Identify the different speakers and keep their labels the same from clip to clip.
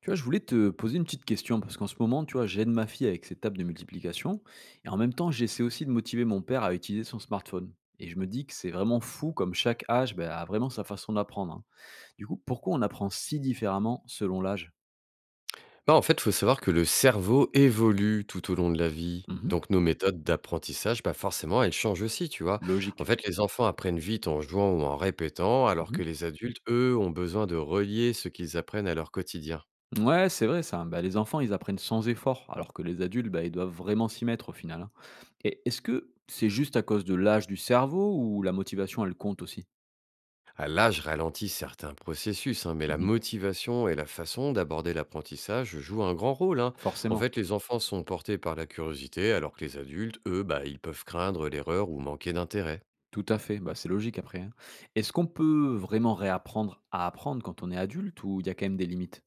Speaker 1: Tu vois, je voulais te poser une petite question parce qu'en ce moment, tu vois, j'aide ma fille avec ses tables de multiplication et en même temps, j'essaie aussi de motiver mon père à utiliser son smartphone. Et je me dis que c'est vraiment fou comme chaque âge ben, a vraiment sa façon d'apprendre, hein. Du coup, pourquoi on apprend si différemment selon l'âge?
Speaker 2: Bah, en fait, il faut savoir que le cerveau évolue tout au long de la vie.
Speaker 1: Mhm.
Speaker 2: Donc, nos méthodes d'apprentissage, bah, forcément, elles changent aussi, tu vois? En
Speaker 1: Logique.
Speaker 2: fait, les enfants apprennent vite en jouant ou en répétant, alors
Speaker 1: Mhm.
Speaker 2: que les adultes, eux, ont besoin de relier ce qu'ils apprennent à leur quotidien.
Speaker 1: Ouais, c'est vrai ça. Ben, les enfants, ils apprennent sans effort alors que les adultes, ben, ils doivent vraiment s'y mettre au final, hein. Et est-ce que c'est juste à cause de l'âge du cerveau ou la motivation, elle compte aussi?
Speaker 2: À l'âge ralentit certains processus, hein, mais la
Speaker 1: Mhm.
Speaker 2: motivation et la façon d'aborder l'apprentissage jouent un grand rôle. Hein. En
Speaker 1: Forcément.
Speaker 2: fait, les enfants sont portés par la curiosité, alors que les adultes, eux, bah, ils peuvent craindre l'erreur ou manquer d'intérêt.
Speaker 1: Tout à fait, bah, c'est logique après, hein. Est-ce qu'on peut vraiment réapprendre à apprendre quand on est adulte ou il y a quand même des limites?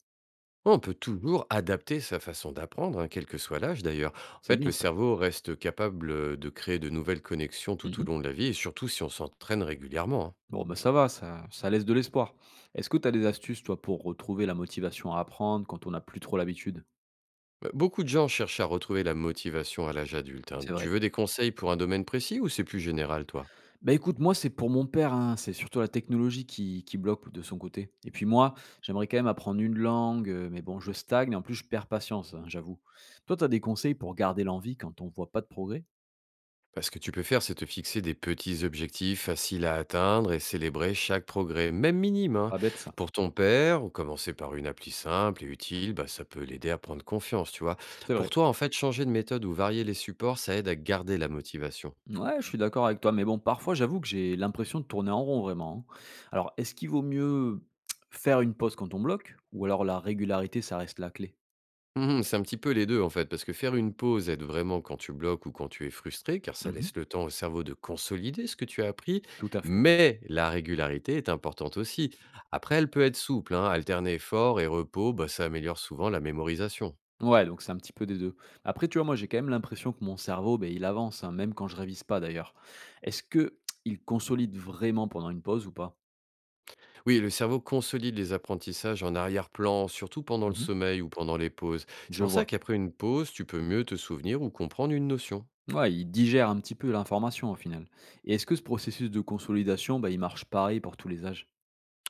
Speaker 2: On peut toujours adapter sa façon d'apprendre, hein, quel que soit l'âge d'ailleurs. En
Speaker 1: C'est
Speaker 2: fait,
Speaker 1: bien
Speaker 2: le
Speaker 1: ça.
Speaker 2: cerveau reste capable de créer de nouvelles connexions tout au
Speaker 1: Mmh.
Speaker 2: long de la vie, et surtout si on s'entraîne régulièrement. Hein.
Speaker 1: Bon, bah, ça va, ça laisse de l'espoir. Est-ce que tu as des astuces, toi, pour retrouver la motivation à apprendre quand on n'a plus trop l'habitude?
Speaker 2: Beaucoup de gens cherchent à retrouver la motivation à l'âge adulte. Hein.
Speaker 1: C'est
Speaker 2: Tu
Speaker 1: vrai.
Speaker 2: veux des conseils pour un domaine précis ou c'est plus général, toi?
Speaker 1: Bah, écoute, moi, c'est pour mon père, hein, c'est surtout la technologie qui bloque de son côté et puis moi, j'aimerais quand même apprendre une langue, mais bon, je stagne, en plus, je perds patience, hein, j'avoue. Toi, t'as des conseils pour garder l'envie quand on voit pas de progrès?
Speaker 2: Bah, ce que tu peux faire, c'est te fixer des petits objectifs faciles à atteindre et célébrer chaque progrès, même minime. Hein.
Speaker 1: Pas bête ça.
Speaker 2: Pour ton père, ou commencer par une appli simple et utile, bah, ça peut l'aider à prendre confiance, tu vois.
Speaker 1: C'est
Speaker 2: Pour
Speaker 1: vrai.
Speaker 2: toi, en fait, changer de méthode ou varier les supports, ça aide à garder la motivation.
Speaker 1: Ouais, je suis d'accord avec toi, mais bon, parfois, j'avoue que j'ai l'impression de tourner en rond vraiment, hein. Alors, est-ce qu'il vaut mieux faire une pause quand on bloque ou alors la régularité, ça reste la clé?
Speaker 2: Mmh, c'est un petit peu les 2 en fait, parce que faire une pause aide vraiment quand tu bloques ou quand tu es frustré, car ça
Speaker 1: Mmh.
Speaker 2: laisse le temps au cerveau de consolider ce que tu as appris,
Speaker 1: Tout à fait.
Speaker 2: mais la régularité est importante aussi. Après, elle peut être souple, hein, alterner effort et repos, bah, ça améliore souvent la mémorisation.
Speaker 1: Ouais, donc c'est un petit peu des deux. Après, tu vois, moi, j'ai quand même l'impression que mon cerveau, ben il avance, hein, même quand je révise pas d'ailleurs. Est-ce que il consolide vraiment pendant une pause ou pas?
Speaker 2: Oui, le cerveau consolide les apprentissages en arrière-plan, surtout pendant le
Speaker 1: Mmh.
Speaker 2: sommeil ou pendant les pauses. C'est
Speaker 1: Je
Speaker 2: pour ça
Speaker 1: vois.
Speaker 2: qu'après une pause, tu peux mieux te souvenir ou comprendre une notion.
Speaker 1: Ouais, il digère un petit peu l'information au final. Et est-ce que ce processus de consolidation, ben il marche pareil pour tous les âges?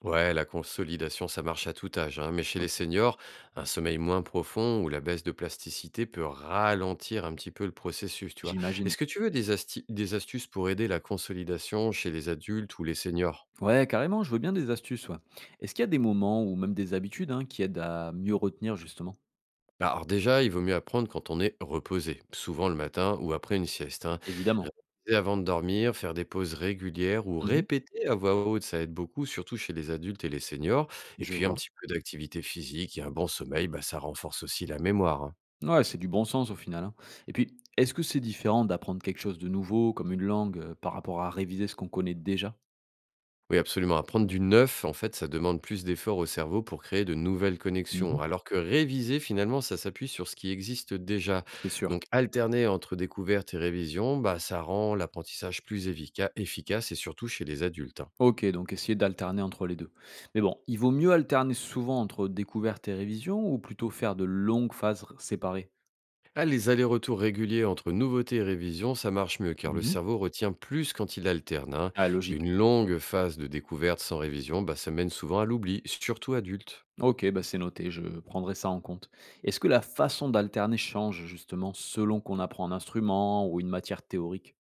Speaker 2: Ouais, la consolidation, ça marche à tout âge, hein, mais chez les
Speaker 1: OK,
Speaker 2: seniors, un sommeil moins profond ou la baisse de plasticité peut ralentir un petit peu le processus, tu vois.
Speaker 1: j'imagine.
Speaker 2: Est-ce que tu veux des astuces pour aider la consolidation chez les adultes ou les seniors?
Speaker 1: Ouais, carrément, je veux bien des astuces, ouais. Est-ce qu'il y a des moments ou même des habitudes, hein, qui aident à mieux retenir, justement?
Speaker 2: Bah, alors déjà, il vaut mieux apprendre quand on est reposé, souvent le matin ou après une sieste. Hein.
Speaker 1: Évidemment.
Speaker 2: Réviser avant de dormir, faire des pauses régulières ou
Speaker 1: Mhm,
Speaker 2: répéter à voix haute, ça aide beaucoup, surtout chez les adultes et les seniors. Et
Speaker 1: je
Speaker 2: puis un
Speaker 1: vois.
Speaker 2: petit peu d'activité physique et un bon sommeil, bah, ça renforce aussi la mémoire. Hein.
Speaker 1: Ouais, c'est du bon sens au final, hein. Et puis, est-ce que c'est différent d'apprendre quelque chose de nouveau, comme une langue, par rapport à réviser ce qu'on connaît déjà?
Speaker 2: Oui, absolument. Apprendre du neuf, en fait, ça demande plus d'efforts au cerveau pour créer de nouvelles
Speaker 1: Mhm,
Speaker 2: connexions, alors que réviser, finalement, ça s'appuie sur ce qui existe déjà.
Speaker 1: c'est sûr.
Speaker 2: Donc, alterner entre découverte et révision, bah, ça rend l'apprentissage plus efficace et surtout chez les adultes. Hein.
Speaker 1: Ok, donc essayer d'alterner entre les deux. Mais bon, il vaut mieux alterner souvent entre découverte et révision ou plutôt faire de longues séparées?
Speaker 2: Ah, les allers-retours réguliers entre nouveauté et révision, ça marche mieux car le
Speaker 1: Mhm.
Speaker 2: cerveau retient plus quand il alterne. Hein.
Speaker 1: Ah, logique.
Speaker 2: Une longue phase de découverte sans révision, bah, ça mène souvent à l'oubli, surtout adulte.
Speaker 1: OK, bah, c'est noté, je prendrai ça en compte. Est-ce que la façon d'alterner change justement selon qu'on apprend un instrument ou une matière théorique?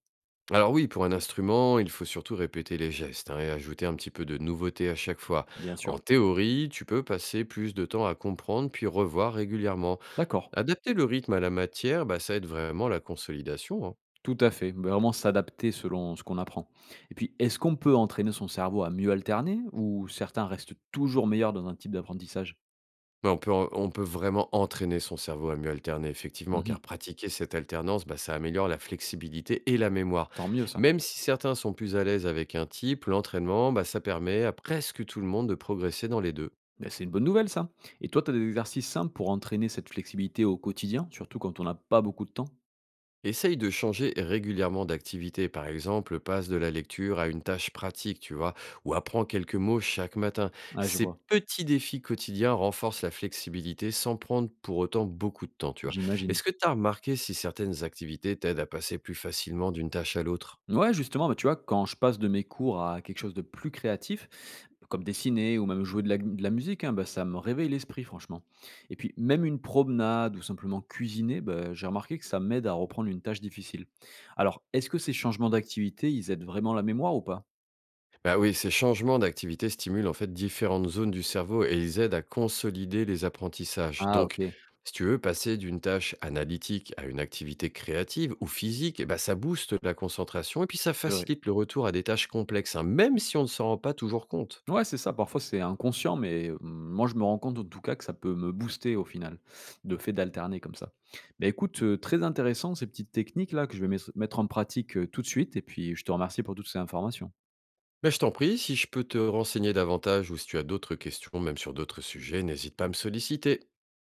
Speaker 2: Alors oui, pour un instrument, il faut surtout répéter les gestes hein, et ajouter un petit peu de nouveauté à chaque fois.
Speaker 1: Bien sûr.
Speaker 2: En théorie, tu peux passer plus de temps à comprendre puis revoir régulièrement.
Speaker 1: D'accord,
Speaker 2: Adapter le rythme à la matière, bah, ça aide vraiment la consolidation. Hein.
Speaker 1: tout à fait. Bah, vraiment s'adapter selon ce qu'on apprend. Et puis, est-ce qu'on peut entraîner son cerveau à mieux alterner ou certains restent toujours meilleurs dans un type d'apprentissage?
Speaker 2: Mais on peut vraiment entraîner son cerveau à mieux alterner, effectivement, car
Speaker 1: Mhm,
Speaker 2: pratiquer cette alternance, bah, ça améliore la flexibilité et la mémoire.
Speaker 1: tant mieux ça.
Speaker 2: Même si certains sont plus à l'aise avec un type, l'entraînement, bah, ça permet à presque tout le monde de progresser dans les deux.
Speaker 1: Bah, c'est une bonne nouvelle ça. Et toi, tu as des exercices simples pour entraîner cette flexibilité au quotidien, surtout quand on n'a pas beaucoup de temps?
Speaker 2: Essaye de changer régulièrement d'activité. Par exemple, passe de la lecture à une tâche pratique, tu vois, ou apprends quelques mots chaque matin.
Speaker 1: Ah, je
Speaker 2: Ces
Speaker 1: vois,
Speaker 2: petits défis quotidiens renforcent la flexibilité sans prendre pour autant beaucoup de temps, tu vois.
Speaker 1: j'imagine.
Speaker 2: Est-ce que tu as remarqué si certaines activités t'aident à passer plus facilement d'une tâche à l'autre?
Speaker 1: Ouais, justement, bah, tu vois, quand je passe de mes cours à quelque chose de plus créatif, comme dessiner ou même jouer de la musique, hein, bah, ça me réveille l'esprit, franchement. Et puis, même une promenade ou simplement cuisiner, bah, j'ai remarqué que ça m'aide à reprendre une tâche difficile. Alors, est-ce que ces changements d'activité, ils aident vraiment la mémoire ou pas?
Speaker 2: Bah oui, ces changements d'activité stimulent en fait différentes zones du cerveau et ils aident à consolider les apprentissages.
Speaker 1: Ah,
Speaker 2: Donc,
Speaker 1: ok,
Speaker 2: si tu veux passer d'une tâche analytique à une activité créative ou physique, eh ben, ça booste la concentration et puis ça
Speaker 1: c'est vrai.
Speaker 2: facilite le retour à des tâches complexes, hein, même si on ne s'en rend pas toujours compte.
Speaker 1: Ouais, c'est ça, parfois c'est inconscient, mais mmh, moi je me rends compte en tout cas que ça peut me booster au final, de fait d'alterner comme ça. Bah, écoute, très intéressant ces petites techniques là que je vais mes mettre en pratique, tout de suite et puis je te remercie pour toutes ces informations.
Speaker 2: Mais je t'en prie, si je peux te renseigner davantage ou si tu as d'autres questions, même sur d'autres sujets, n'hésite pas à me solliciter.